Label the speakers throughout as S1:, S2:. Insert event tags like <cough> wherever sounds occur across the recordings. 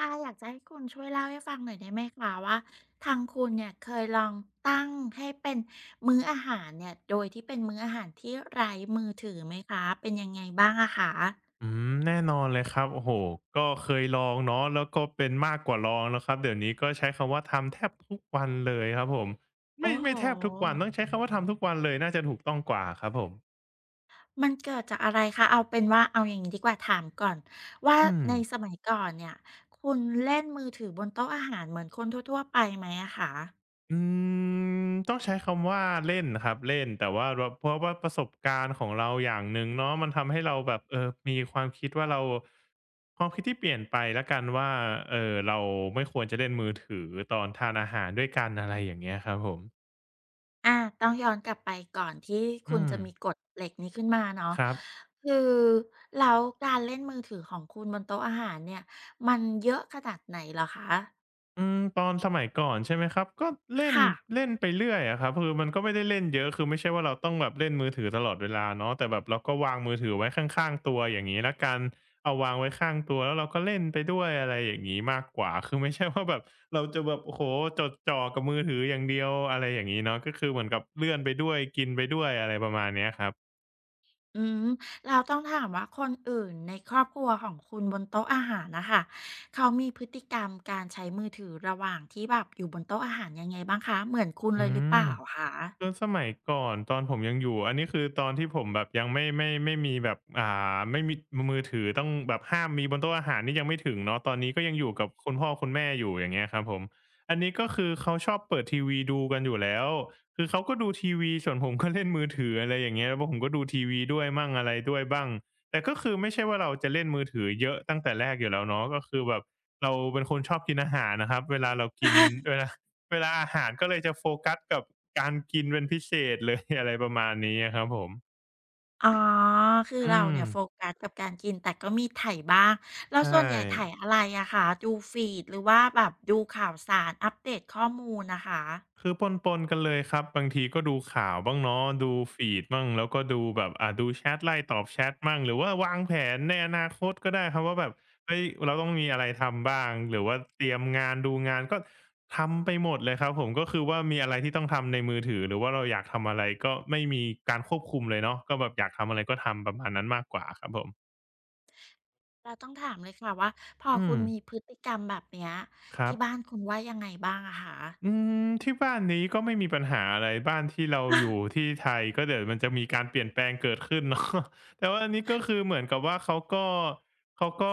S1: อาอยากจะให้คุณช่วยเล่าให้ฟังหน่อยได้ไหมคะว่าทางคุณเนี่ยเคยลองตั้งให้เป็นมื้ออาหารเนี่ยโดยที่เป็นมื้ออาหารที่ไร้มือถือไหมคะเป็นยังไงบ้างอะคะ
S2: อืมแน่นอนเลยครับโอ้โหก็เคยลองเนาะแล้วก็เป็นมากกว่าลองแล้วครับเดี๋ยวนี้ก็ใช้คำว่าทำแทบทุกวันเลยครับผม
S1: โอ้
S2: ไม่
S1: โ
S2: ไม่แทบทุกวัน
S1: ห
S2: ต้องใช้คำว่าทำทุกวันเลยน่าจะถูกต้องกว่าครับผม
S1: มันเกิดจากอะไรคะเอาเป็นว่าเอาอย่างนี้ดีกว่าถามก่อนว่า
S2: อืม
S1: ในสมัยก่อนเนี่ยคุณเล่นมือถือบนโต๊ะอาหารเหมือนคนทั่วๆไปไหมอะคะ
S2: อืต้องใช้คำว่าเล่นครับเล่นแต่ว่าเราเพราะว่าประสบการณ์ของเราอย่างหนึ่งเนาะมันทำให้เราแบบเออมีความคิดว่าเราความคิดที่เปลี่ยนไปละกันว่าเราไม่ควรจะเล่นมือถือตอนทานอาหารด้วยกันอะไรอย่างเงี้ยครับผม
S1: อ่าต้องย้อนกลับไปก่อนที่
S2: อื
S1: คุณ
S2: ม
S1: จะมีกฎเหล็กนี้ขึ้นมาเนาะ
S2: ครับ
S1: คือแล้วการเล่นมือถือของคุณบนโต๊ะอาหารเนี่ยมันเยอะขนาดไหนเหรอคะ
S2: อืมตอนสมัยก่อนใช่ไหมครับ ก็เล่น
S1: ค่ะ
S2: เล่นไปเรื่อยอะครับคือมันก็ไม่ได้เล่นเยอะ คือไม่ใช่ว่าเราต้องแบบเล่นมือถือตลอดเวลาเนาะแต่แบบเราก็วางมือถือไว้ข้างๆตัวอย่างงี้แล้วกันเอาวางไว้ข้างตัวแล้วเราก็เล่นไปด้วยอะไรอย่างงี้มากกว่า คือไม่ใช่ว่าแบบเราจะแบบโอ้โฮจดจ่อกับมือถืออย่างเดียวอะไรอย่างงี้เนาะก็คือเหมือนกับเลื่อนไปด้วยกินไปด้วยอะไรประมาณเนี้ยครับ
S1: อืมแล้วต้องถามว่าคนอื่นในครอบครัวของคุณบนโต๊ะอาหารน่ะค่ะเขามีพฤติกรรมการใช้มือถือระหว่างที่แบบอยู่บนโต๊ะอาหารยังไงบ้างคะเหมือนคุณเล
S2: อื
S1: ยหรือ
S2: ม
S1: เปล่าคะ
S2: คือสมัยก่อนตอนผมยังอยู่อันนี้คือตอนที่ผมแบบยังไม่มีแบบไม่มีมือถือต้องแบบห้ามมีบนโต๊ะอาหารนี่ยังไม่ถึงเนาะตอนนี้ก็ยังอยู่กับคุณพ่อคุณแม่อยู่อย่างเงี้ยครับผมอันนี้ก็คือเขาชอบเปิดทีวีดูกันอยู่แล้วคือเขาก็ดูทีวีส่วนผมก็เล่นมือถืออะไรอย่างเงี้ยแล้วผมก็ดูทีวีด้วยมั่งอะไรด้วยบ้างแต่ก็คือไม่ใช่ว่าเราจะเล่นมือถือเยอะตั้งแต่แรกอยู่แล้วเนาะก็คือแบบเราเป็นคนชอบกินอาหารนะครับเวลาเรากินเวลา เวลาอาหารก็เลยจะโฟกัสกับการกินเป็นพิเศษเลย <laughs> อะไรประมาณนี้อะครับผม
S1: อ๋อ คือ
S2: อื
S1: เรา
S2: ม
S1: เนี่ยโฟกัสกับการกิน แต่ก็มีไถบ้างแล้ว
S2: ใช่
S1: ส่วนใหญ่ไถอะไรอะคะดูฟีดหรือว่าแบบดูข่าวสารอัปเดตข้อมูลนะคะ
S2: คือปนๆกันเลยครับบางทีก็ดูข่าวบ้างเนาะดูฟีดบ้างแล้วก็ดูแบบดูแชตไล่ตอบแชทมั่งหรือว่าวางแผนในอนาคตก็ได้ครับว่าแบบเฮ้ยเราต้องมีอะไรทำบ้างหรือว่าเตรียมงานดูงานก็ทำไปหมดเลยครับผมก็คือว่ามีอะไรที่ต้องทำในมือถือหรือว่าเราอยากทำอะไรก็ไม่มีการควบคุมเลยเนาะก็แบบอยากทำอะไรก็ทำประมาณนั้นมากกว่าครับผม
S1: เราต้องถามเลยค่ะว่าพอ
S2: อื
S1: คุ
S2: ม
S1: ณมีพฤติกรรมแบบเนี้ย
S2: ครั
S1: ที่บ้า
S2: บ
S1: นคุณว่ายังไงบ้างอะคะ
S2: อืมที่บ้านนี้ก็ไม่มีปัญหาอะไรบ้านที่เราอยู่ที่ไทยก็เดี๋ยวมันจะมีการเปลี่ยนแปลงเกิดขึ้น <laughs> เนาะแต่ว่าอันนี้ก็คือเหมือนกับว่าเขาก็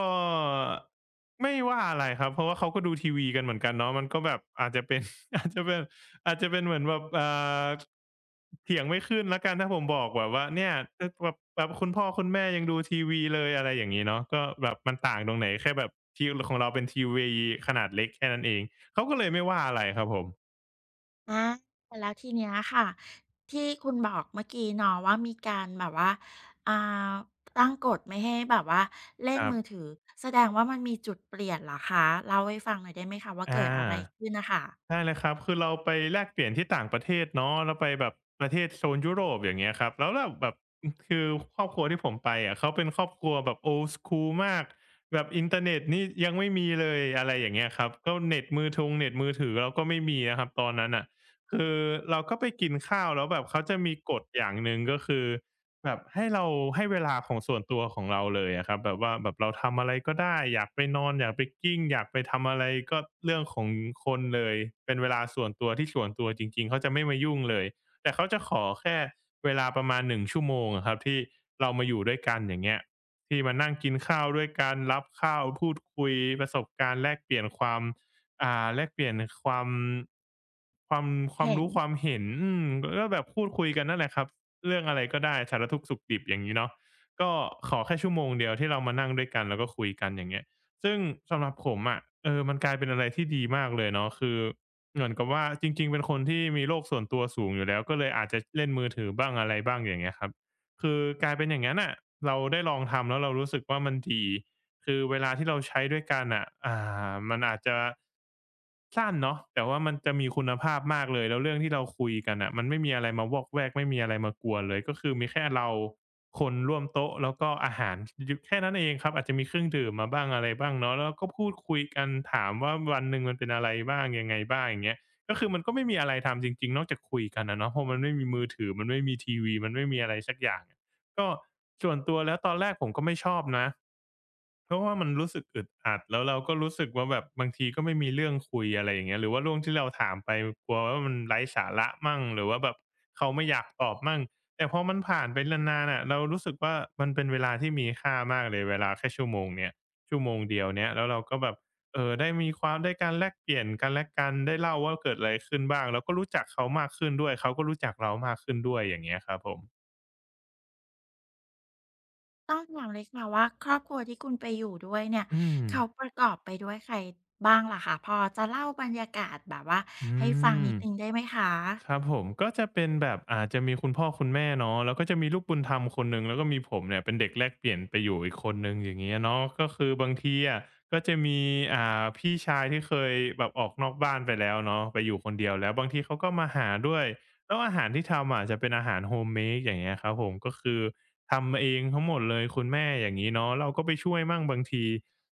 S2: ไม่ว่าอะไรครับเพราะว่าเขาก็ดูทีวีกันเหมือนกันเนาะมันก็แบบอาจจะเป็น <laughs> อาจจะเป็นเหมือนแบบาเถียงไม่ขึ้นแล้วกันถ้าผมบอกแบบว่าเนี่ยเออแบบคุณพ่อคุณแม่ยังดูทีวีเลยอะไรอย่างงี้เนาะก็แบบมันต่างตรงไหนแค่แบบที่ลของเราเป็นทีวีขนาดเล็กแค่นั้นเอง เขาก็เลยไม่ว่าอะไรครับผม
S1: อาแล้วทีเนี้ยค่ะที่คุณบอกเมื่อกี้เนาะว่ามีการแบบว่าอ่าตั้งกฎไม่ให้แบบว่าเล่
S2: ค
S1: น
S2: รับ
S1: มือถือแสดงว่ามันมีจุดเปลี่ยนเหรอคะเล่าให้ฟังหน่อยได้ไหมคะว่าเกิ
S2: อา
S1: ดอะไรขึ้นน่ะค่ะ
S2: ได้เลยครับคือเราไปแลกเปลี่ยนที่ต่างประเทศเนาะแล้วไปแบบประเทศโซนยุโรปอย่างเงี้ยครับแล้วเราแบบอือคือครอบครัวที่ผมไปอะเขาเป็นครอบครัวแบบ Old School มากแบบอินเทอร์เน็ตนี่ยังไม่มีเลยอะไรอย่างเงี้ยครับก็เน็ตมือถือเราก็ไม่มีนะครับตอนนั้นน่ะคือเราก็ไปกินข้าวแล้วแบบเขาจะมีกฎอย่างหนึ่งก็คือ แบบให้เวลาของส่วนตัวของเราเลยอะครับแบบว่าแบบเราทำอะไรก็ได้อยากไปนอนอยากไปกิ้งอยากไปทำอะไรก็เรื่องของคนเลยเป็นเวลาส่วนตัวที่ส่วนตัวจริงๆเขาจะไม่มายุ่งเลยแต่เขาจะขอแค่เวลาประมาณ1 ชั่วโมงอะครับที่เรามาอยู่ด้วยกันอย่างเงี้ยที่มานั่งกินข้าวด้วยกันรับข้าวพูดคุยประสบการณ์แลกเปลี่ยนความแลกเปลี่ยนความความความ
S1: เห็น
S2: รู้ความเห็นอืมก็แบบพูดคุยกันนั่นแหละครับ เรื่องอะไรก็ได้สารทุกข์สุขดิบอย่างนี้เนาะก็ขอแค่ชั่วโมงเดียวที่เรามานั่งด้วยกันแล้วก็คุยกันอย่างเงี้ยซึ่งสำหรับผมอะะมันกลายเป็นอะไรที่ดีมากเลยเนาะคือเหมือนกับว่าจริงๆเป็นคนที่มีโลกส่วนตัวสูงอยู่แล้วก็เลยอาจจะเล่นมือถือบ้างอะไรบ้างอย่างเงี้ยครับคือกลายเป็นอย่างนั้นอ่ะเราได้ลองทำแล้วเรารู้สึกว่ามันดี คือเวลาที่เราใช้ด้วยกันอ่ะมันอาจจะสั้นเนาะแต่ว่ามันจะมีคุณภาพมากเลยแล้วเรื่องที่เราคุยกันน่ะมันไม่มีอะไรมาวอกแวกไม่มีอะไรมากวนเลยก็คือมีแค่เราคนร่วมโต๊ะแล้วก็อาหารยแค่นั้นเองครับอาจจะมีเครื่องดื่มมาบ้างอะไรบ้างเนาะแล้วก็พูดคุยกันถามว่าวันหนึ่งมันเป็นอะไรบ้างยังไงบ้างอย่างเงี้ยก็คือมันก็ไม่มีอะไรทำจริงๆนอกจากคุยกันอะเนาะเพราะมันไม่มีมือถือมันไม่มีทีวีมันไม่มีอะไรสักอย่าง ก็ส่วนตัวแล้วตอนแรกผมก็ไม่ชอบนะเพราะว่ามันรู้สึกอึดอัดแล้วเราก็รู้สึกว่าแบบบางทีก็ไม่มีเรื่องคุยอะไรอย่างเงี้ยหรือว่าเรื่องที่เราถามไปกลัวว่ามันไร้สาระมั่งหรือว่าแบบเขาไม่อยากตอบมั่งแต่พอมันผ่านไปนานๆน่ะเรารู้สึกว่ามันเป็นเวลาที่มีค่ามากเลยเวลาแค่ชั่วโมงเนี้ยชั่วโมงเดียวเนี้ยแล้วเราก็แบบได้มีความได้การแลกเปลี่ยนกันและกันได้เล่าว่าเกิดอะไรขึ้นบ้างเราก็รู้จักเขามากขึ้นด้วยเขาก็รู้จักเรามากขึ้นด้วยอย่างเงี้ยครับผม
S1: ต้องถามเลยค่ะว่าครอบครัวที่คุณไปอยู่ด้วยเนี่ย
S2: อืม
S1: เขาประกอบไปด้วยใครบ้างล่ะคะพอจะเล่าบรรยากาศแบบว่า
S2: อื
S1: ให้ฟัง
S2: ม
S1: นิดหนึ่งได้ไหมคะ
S2: ครับผมก็จะเป็นแบบอาจะมีคุณพ่อคุณแม่เนาะแล้วก็จะมีลูกบุญธรรมคนหนึ่งแล้วก็มีผมเนี่ยเป็นเด็กแลกเปลี่ยนไปอยู่อีกคนหนึ่งอย่างเงี้ยเนาะก็คือบางทีอะก็จะมีพี่ชายที่เคยแบบออกนอกบ้านไปแล้วเนาะไปอยู่คนเดียวแล้วบางทีเขาก็มาหาด้วยแล้วอาหารที่ทำอะจะเป็นอาหาร Home-made อย่างเงี้ยครับผมก็คือทำเองทั้งหมดเลยคุณแม่อย่างงี้เนาะเราก็ไปช่วยมั่งบางที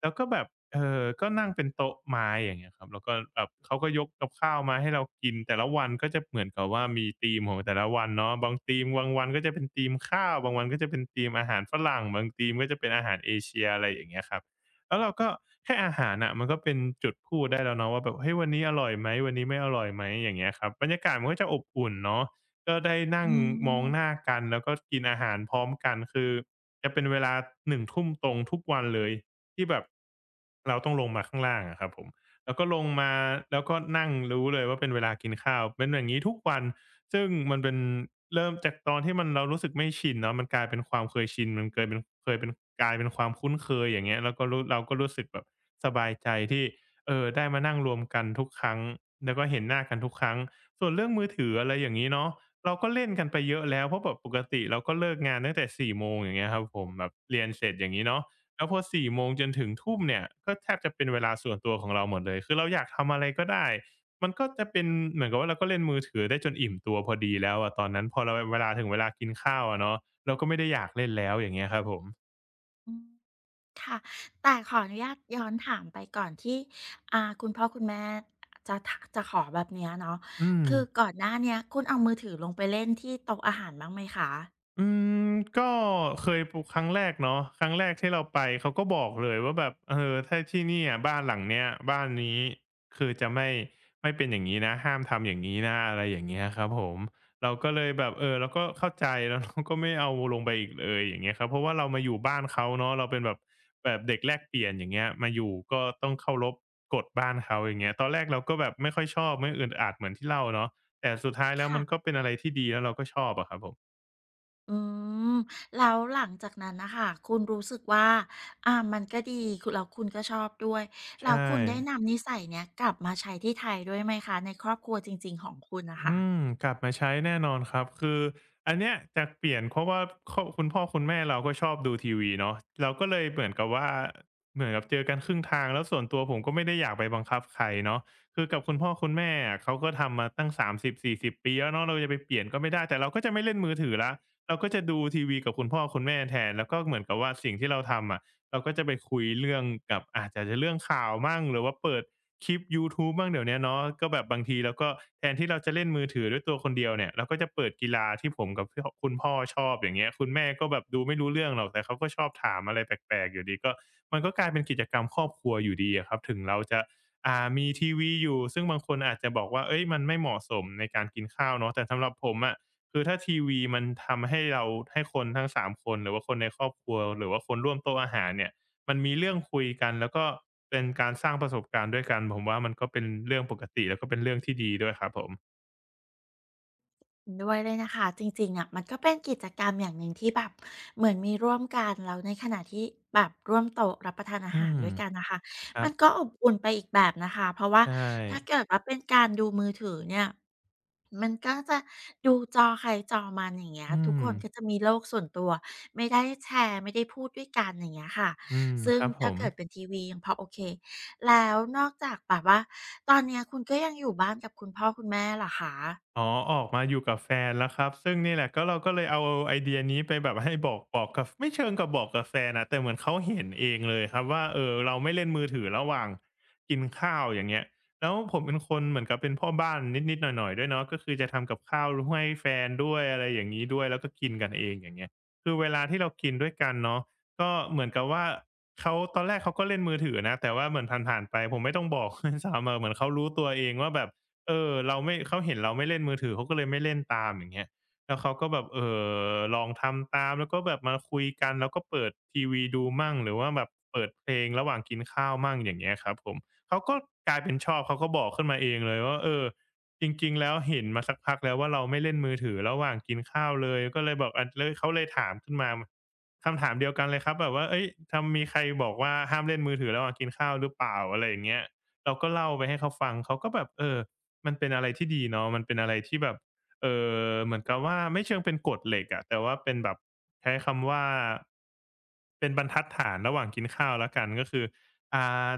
S2: แล้วก็แบบ ก็นั่งเป็นโต๊ะไม้อย่างเงี้ยครับแล้วก็แบบเขาก็ยกกับข้าวมาให้เรากินแต่ละวันก็จะเหมือนกับว่ามีธีมของแต่ละวันเนาะบางธีมบางวันก็จะเป็นธีมข้าว บางวันก็จะเป็นธีมอาหารฝรั่ง บางธีมก็จะเป็นอาหารเอเชียอะไรอย่างเงี้ยครับแล้วเราก็แค่อาหารน่ะมันก็เป็นจุดพูดได้แล้วเนาะว่าแบบเฮ้ยวันนี้อร่อยไหม วันนี้ไม่อร่อยไหมอย่างเงี้ยครับบรรยากาศมันก็จะอบอุ่นเนาะก็ได้
S1: อื
S2: นั่งมองหน้า
S1: ม
S2: กันแล้วก็กินอาหารพร้อมกันคือจะเป็นเวลาหนึ่งทุ่มตรงทุกวันเลย ที่แบบเราต้องลงมาข้างล่างอะครับผมแล้วก็ลงมาแล้วก็นั่งรู้เลยว่าเป็นเวลากินข้าวเป็นอย่างนี้ทุกวันซึ่งมันเป็นเริ่มจากตอนที่มันเรารู้สึกไม่ชินเนาะมันกลายเป็นความเคยชินมันเกยเป็นเคยเป็นกลายเป็นความคุ้นเคยอย่างเงี้ยแล้วก็เราก็รู้สึกแบบสบายใจที่ได้มานั่งรวมกันทุกครั้งแล้วก็เห็นหน้ากันทุกครั้งส่วนเรื่องมือถืออะไรอย่างงี้เนาะเราก็เล่นกันไปเยอะแล้วเพราะแบบปกติเราก็เลิกงานตั้งแต่สี่โมงอย่างเงี้ยครับผมแบบเรียนเสร็จอย่างงี้เนาะ แล้วพอ4โมงจนถึงทุ่มเนี่ยก็แทบจะเป็นเวลาส่วนตัวของเราหมดเลยคือเราอยากทำอะไรก็ได้มันก็จะเป็นเหมือนกับว่าเราก็เล่นมือถือได้จนอิ่มตัวพอดีแล้วอะตอนนั้นพอเวลาถึงเวลากินข้าวอะเนาะเราก็ไม่ได้อยากเล่นแล้วอย่างเงี้ยครับผม
S1: อือ ค่ะแต่ขออนุญาตย้อนถามไปก่อนที่อ่าคุณพ่อคุณแม่จะทจะขอแบบเนี้ยเนาะ
S2: อืม
S1: คือก่อนหน้าเนี้ยคุณเอามือถือลงไปเล่นที่โต๊ะอาหารบ้างไหมคะ
S2: อืมก็เคยปลูกครั้งแรกเนาะครั้งแรกที่เราไปเขาก็บอกเลยว่าแบบเออถ้าที่เนี่ยบ้านหลังเนี้ยบ้านนี้คือจะไม่เป็นอย่างงี้นะห้ามทำอย่างงี้นะอะไรอย่างเงี้ยครับผมเราก็เลยแบบเออเราก็เข้าใจแล้วเราก็ไม่เอาลงไปอีกเลยอย่างเงี้ยครับเพราะว่าเรามาอยู่บ้านเขาเนาะเราเป็นแบบเด็กแลกเปลี่ยนอย่างเงี้ยมาอยู่ก็ต้องเคารพกฎบ้านเขาอย่างเงี้ยตอนแรกเราก็แบบไม่ค่อยชอบไม่อึดอัดเหมือนที่เล่าเนาะแต่สุดท้ายแล้ว
S1: ค่ะ
S2: มันก็เป็นอะไรที่ดีแล้วเราก็ชอบอะครับผม
S1: อืมแล้วหลังจากนั้นน่ะค่ะคุณรู้สึกว่าอ่ามันก็ดีคือแล้วคุณก็ชอบด้วย
S2: ใช
S1: แล้ว
S2: ่
S1: คุณได้นำนิสัยเนี้ยกลับมาใช้ที่ไทยด้วยไหมคะในครอบครัวจริงๆของคุณน่ะ
S2: อืม
S1: ค่ะ
S2: กลับมาใช้แน่นอนครับคืออันเนี้ยจะเปลี่ยนเพราะว่าครอบคุณพ่อคุณแม่เราก็ชอบดูทีวีเนาะเราก็เลยเหมือนกับว่าเหมือนกับเจอกันครึ่งทางแล้วส่วนตัวผมก็ไม่ได้อยากไปบังคับใครเนาะคือกับคุณพ่อคุณแม่อะเขาก็ทำมาตั้ง3 0ิบสี่สิบปีแล้วเนาะเราจะไปเปลี่ยนก็ไม่ได้ แต่เราก็จะไม่เล่นมือถือแล้วเราก็จะดูทีวีกับคุณพ่อคุณแม่แทนแล้วก็เหมือนกับว่าสิ่งที่เราทำอะ เราก็จะไปคุยเรื่องกับอาจจะเรื่องข่าวมั่งหรือว่าเปิดคลิปยูทูบมั่งเดี๋ยวเนี้ยเนาะก็แบบบางทีเราก็แทนที่เราจะเล่นมือถือด้วยตัวคนเดียวเนี่ยเราก็จะเปิดกีฬาที่ผมกับพคุณพ่อชอบอย่างเงี้ยคุณแม่ก็แบบดูไม่รู้เรื่องหรอกแต่เขาก็ชอบถามอะไรแปลกๆอยู่ดีก็มันก็กลายเป็นกิจกรรมครอบครัวอยู่ดีอะครับถึงเราจะมีทีวีอยู่ซึ่งบางคนอาจจะบอกว่าเฮ้ยมันไม่เหมาะสมในการกินข้าวเนาะแต่สำหรับผมอะ คือถ้าทีวีมันทำให้เราให้คนทั้ง3คนหรือว่าคนในครอบครัวหรือว่าคนร่วมโต๊ะอาหารเนี่ยมันมีเรื่องคุยกันแล้วก็เป็นการสร้างประสบการณ์ด้วยกันผมว่ามันก็เป็นเรื่องปกติแล้วก็เป็นเรื่องที่ดีด้วยครับผม
S1: เห็นด้วยเลยนะคะจริงๆอะมันก็เป็นกิจกรรมอย่างหนึ่งที่แบบเหมือนมีร่วมกันแล้วในขณะที่แบบร่วมโต๊ะรับประทานอา
S2: อื
S1: หาร
S2: ม
S1: ด้วยกันนะคะ
S2: ครั
S1: มั
S2: บ
S1: นก็อบอุ่นไปอีกแบบนะคะเพราะว่า
S2: ใช่
S1: ถ้าเกิดว่าเป็นการดูมือถือเนี่ยมันก็จะดูจอใครจอมันอย่างเงี้ย
S2: อื
S1: ทุก
S2: ม
S1: คนก็จะมีโลกส่วนตัวไม่ได้แชร์ไม่ได้พูดด้วยกันอย่างเงี้ยค่ะ
S2: อืม
S1: ซึ่
S2: ค
S1: ง
S2: รับผ
S1: ถ้า
S2: ม
S1: เกิดเป็นทีวียังพอโอเคแล้วนอกจากแบบว่าตอนเนี้ยคุณก็ยังอยู่บ้านกับคุณพ่อคุณแม่เหรอคะ
S2: อ๋อออกมาอยู่กับแฟนแล้วครับซึ่งนี่แหละก็เราก็เลยเอาไอเดียนี้ไปแบบให้บอกกับไม่เชิงกับบอกกับแฟนนะแต่เหมือนเขาเห็นเองเลยครับว่าเออเราไม่เล่นมือถือระหว่างกินข้าวอย่างเงี้ยแล้วผมเป็นคนเหมือนกับเป็นพ่อบ้านนิดๆหน่อยๆด้วยเนาะก็คือจะทำกับข้าวให้แฟนด้วยอะไรอย่างงี้ด้วยแล้วก็กินกันเองอย่างเงี้ยคือเวลาที่เรากินด้วยกันเนาะก็เหมือนกับว่าเขาตอนแรกเขาก็เล่นมือถือนะแต่ว่าเหมือนผ่านๆไปผมไม่ต้องบอก <laughs> ด้วยซ้ำอะเหมือนเขารู้ตัวเองว่าแบบ เออเราไม่เขาเห็นเราไม่เล่นมือถือเขาก็เลยไม่เล่นตามอย่างเงี้ยแล้วเขาก็แบบลองทำตามแล้วก็แบบมาคุยกันแล้วก็เปิดทีวีดูมั่งหรือว่าแบบเปิดเพลงระหว่างกินข้าวมั่งอย่างเงี้ยครับผมเขาก็กลายเป็นชอบเขาก็บอกขึ้นมาเองเลยว่าเออจริงๆแล้วเห็นมาสักพักแล้วว่าเราไม่เล่นมือถือระหว่างกินข้าวเลยก็เลยแบบอะเลยเขาเลยถามขึ้นมาคำถามเดียวกันเลยครับแบบว่าเฮ้ยทำมีใครบอกว่าห้ามเล่นมือถือระหว่างกินข้าวหรือเปล่าอะไรอย่างเงี้ยเราก็เล่าไปให้เขาฟังเขาก็แบบเออ มันเป็นอะไรที่ดีเนาะมันเป็นอะไรที่แบบเอ่เหมือนกับว่าไม่เชิงเป็นกฎเหล็กอะแต่ว่าเป็นแบบใช้คำว่าเป็นบรรทัดฐานระหว่างกินข้าวแล้วกันก็คืออ่า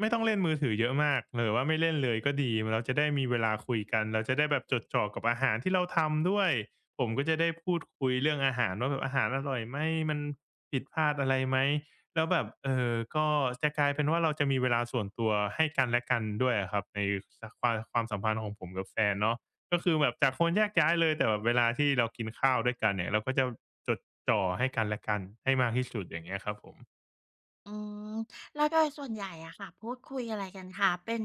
S2: ไม่ต้องเล่นมือถือเยอะมากหรือว่าไม่เล่นเลยก็ดีเราจะได้มีเวลาคุยกันเราจะได้แบบจดจ่อกับอาหารที่เราทำด้วยผมก็จะได้พูดคุยเรื่องอาหารว่าแบบอาหารอร่อยไหมมันผิดพลาดอะไรไหม แล้วแบบเออก็จะกลายเป็นว่าเราจะมีเวลาส่วนตัวให้กันและกันด้วยอะครับในสความสัมพันธ์ของผมกับแฟนเนาะก็คือแบบจากคนแยกย้ายเลยแต่แบบเวลาที่เรากินข้าวด้วยกันเนี่ยเราก็จะจดจ่อให้กันและกันให้มากที่สุดอย่างเงี้ยครับผม
S1: อืมแล้วโดยส่วนใหญ่อะค่ะพูดคุยอะไรกันคะเป็น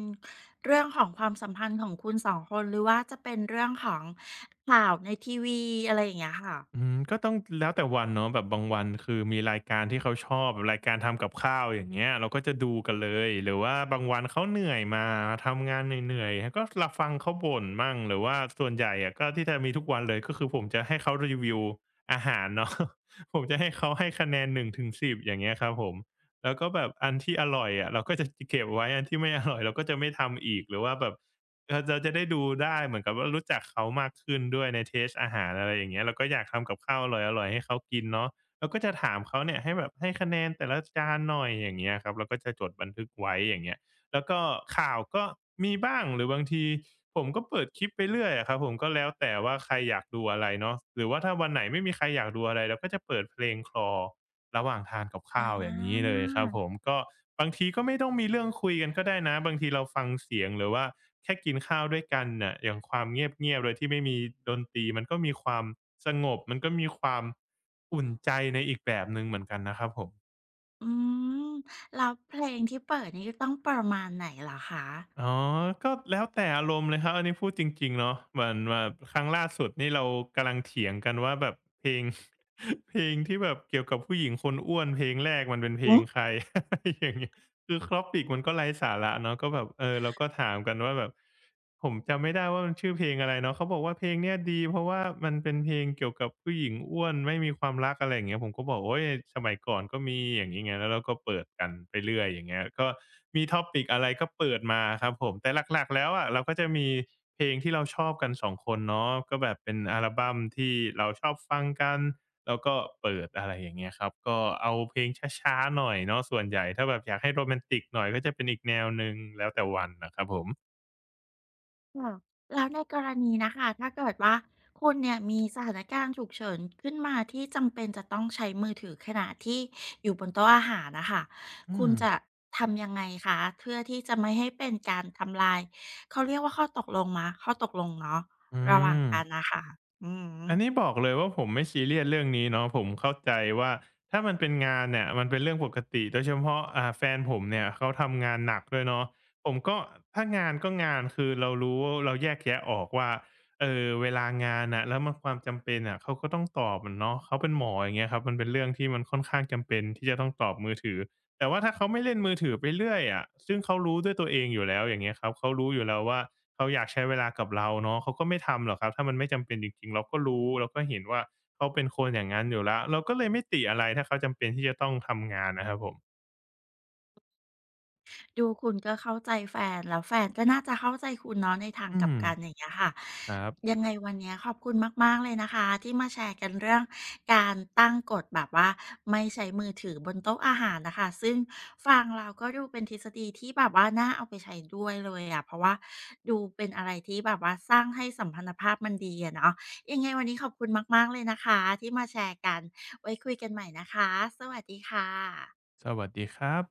S1: เรื่องของความสัมพันธ์ของคุณสองคนหรือว่าจะเป็นเรื่องของข่าวในทีวีอะไรอย่างเงี้ยค่ะ
S2: อืมก็ต้องแล้วแต่วันเนาะแบบบางวันคือมีรายการที่เขาชอบแบบรายการทำกับข้าวอย่างเงี้ยเราก็จะดูกันเลยหรือว่าบางวันเขาเหนื่อยมาทำงานเหนื่อยๆก็เราฟังเขาบ่นมั่งหรือว่าส่วนใหญ่อะก็ที่จะมีทุกวันเลยก็คือผมจะให้เขารีวิวอาหารเนาะ <laughs> ผมจะให้เขาให้คะแนน1-10อย่างเงี้ยครับผมแล้วก็แบบอันที่อร่อยอะเราก็จะจเก็บไว้อันที่ไม่อร่อยเราก็จะไม่ทำอีกหรือว่าแบบ เราเราจะได้ดูได้เหมือนกับว่ารู้จักเขามากขึ้นด้วยในเทส t e อาหารอะไรอย่างเงี้ยเราก็อยากทำกับข้าวอร่อยๆให้เขากินเนาะเราก็จะถามเขาเนี่ยให้แบบให้คะแนนแต่ละจานหน่อยอย่างเงี้ยครับเราก็จะจดบันทึกไว้อย่างเงี้ยแล้วก็ข่าวก็มีบ้างหรือบางทีผมก็เปิดคลิปไปเรื่อยอะครับผมก็แล้วแต่ว่าใครอยากดูอะไรเนาะหรือว่าถ้าวันไหนไม่มีใครอยากดูอะไรเราก็จะเปิดเพลง Clore ระหว่างทานกับข้าวอ
S1: อา
S2: ย่างนี้เลยครับผมก็บางทีก็ไม่ต้องมีเรื่องคุยกันก็ได้นะบางทีเราฟังเสียงหรือว่าแค่กินข้าวด้วยกันน่ะอย่างความเงียบๆโดยที่ไม่มีดนตรีมันก็มีความสงบมันก็มีความอุ่นใจในอีกแบบหนึ่งเหมือนกันนะครับผม
S1: อืมแล้วเพลงที่เปิดนี่ต้องประมาณไหนเหรอคะ
S2: อ๋อก็แล้วแต่อารมณ์เลยครับอันนี้พูดจริงๆเนาะเหมือนแบบครั้งล่าสุดนี่เรากำลังเถียงกันว่าแบบเพลง <laughs> เพลงที่แบบเกี่ยวกับผู้หญิงคนอ้วนเพลงแรกมันเป็นเพล
S1: โอ้
S2: งใคร <laughs> อย่างงี้ คือครอปปิกมันก็ไร้สาระเนาะก็แบบเออเราก็ถามกันว่าแบบผมจำไม่ได้ว่ามันชื่อเพลงอะไรเนาะเขาบอกว่าเพลงเนี้ยดีเพราะว่ามันเป็นเพลงเกี่ยวกับผู้หญิงอ้วนไม่มีความรักอะไรอย่างเงี้ยผมก็บอกโอ๊ยสมัยก่อนก็มีอย่างงี้ไงแล้วเราก็เปิดกันไปเรื่อยอย่างเงี้ยก็มี topic อะไรก็เปิดมาครับผมแต่หลักๆแล้วอะเราก็จะมีเพลงที่เราชอบกันสองคนเนาะก็แบบเป็นอัลบัมที่เราชอบฟังกัน แล้วก็เปิดอะไรอย่างเงี้ยครับก็เอาเพลงช้าๆหน่อยเนาะส่วนใหญ่ถ้าแบบอยากให้โรแมนติกหน่อยก็จะเป็นอีกแนวหนึ่งแล้วแต่วันน่ะครับผม
S1: ค่ะแล้วในกรณีนะค่ะถ้าเกิดว่าคุณเนี่ยมีสถานการณ์ฉุกเฉินขึ้นมาที่จำเป็นจะต้องใช้มือถือขณะที่อยู่บนโต๊ะอาหารนะคะ
S2: อื
S1: คุณ
S2: ม
S1: จะทำยังไงคะเพื่อที่จะไม่ให้เป็นการทำลายเขาเรียกว่าข้อตกลงมาข้อตกลงเนาะ
S2: อื
S1: ระหว่าง
S2: ม
S1: กันนะคะอือ
S2: อันนี้บอกเลยว่าผมไม่ซีเรียสเรื่องนี้เนาะผมเข้าใจว่าถ้ามันเป็นงานเนี่ยมันเป็นเรื่องปกติโดยเฉพาะแฟนผมเนี่ยเขาทำงานหนักด้วยเนาะผมก็ถ้างานก็งานคือเรารู้เราแยกแยะออกว่าเวลางานน่ะแล้วมันความจำเป็นน่ะเขาก็ต้องตอบอะเนาะเขาเป็นหมออย่างเงี้ยครับมันเป็นเรื่องที่มันค่อนข้างจำเป็นที่จะต้องตอบมือถือ แต่ว่าถ้าเขาไม่เล่นมือถือไปเรื่อยอะซึ่งเขารู้ด้วยตัวเองอยู่แล้วอย่างเงี้ยครับเขารู้อยู่แล้วว่าเขาอยากใช้เวลากับเราเนาะเขาก็ไม่ทำหรอกครับถ้ามันไม่จำเป็นจริงๆเราก็รู้เราก็เห็นว่าเขาเป็นคนอย่างงั้นอยู่แล้วเราก็เลยไม่ติอะไรถ้าเขาจำเป็นที่จะต้องทำงานนะครับผม
S1: ดูคุณก็เข้าใจแฟนแล้วแฟนก็น่าจะเข้าใจคุณเนาะในทาง
S2: อื
S1: กลับ
S2: ม
S1: กันอย่างเงี้ยค่ะ
S2: ครับ
S1: ยังไงวันเนี้ยขอบคุณมากๆเลยนะคะที่มาแชร์กันเรื่องการตั้งกฎแบบว่าไม่ใช้มือถือบนโต๊ะอาหารน่ะค่ะซึ่งฟังแล้วก็ดูเป็นทฤษฎีที่แบบว่าน่าเอาไปใช้ด้วยเลยอะเพราะว่าดูเป็นอะไรที่แบบว่าสร้างให้สัมพันธภาพมันดีอะเนาะยังไงวันนี้ขอบคุณมากๆเลยนะคะที่มาแชร์กันไว้คุยกันใหม่นะคะสวัสดีค่ะ
S2: สวัสดีครับ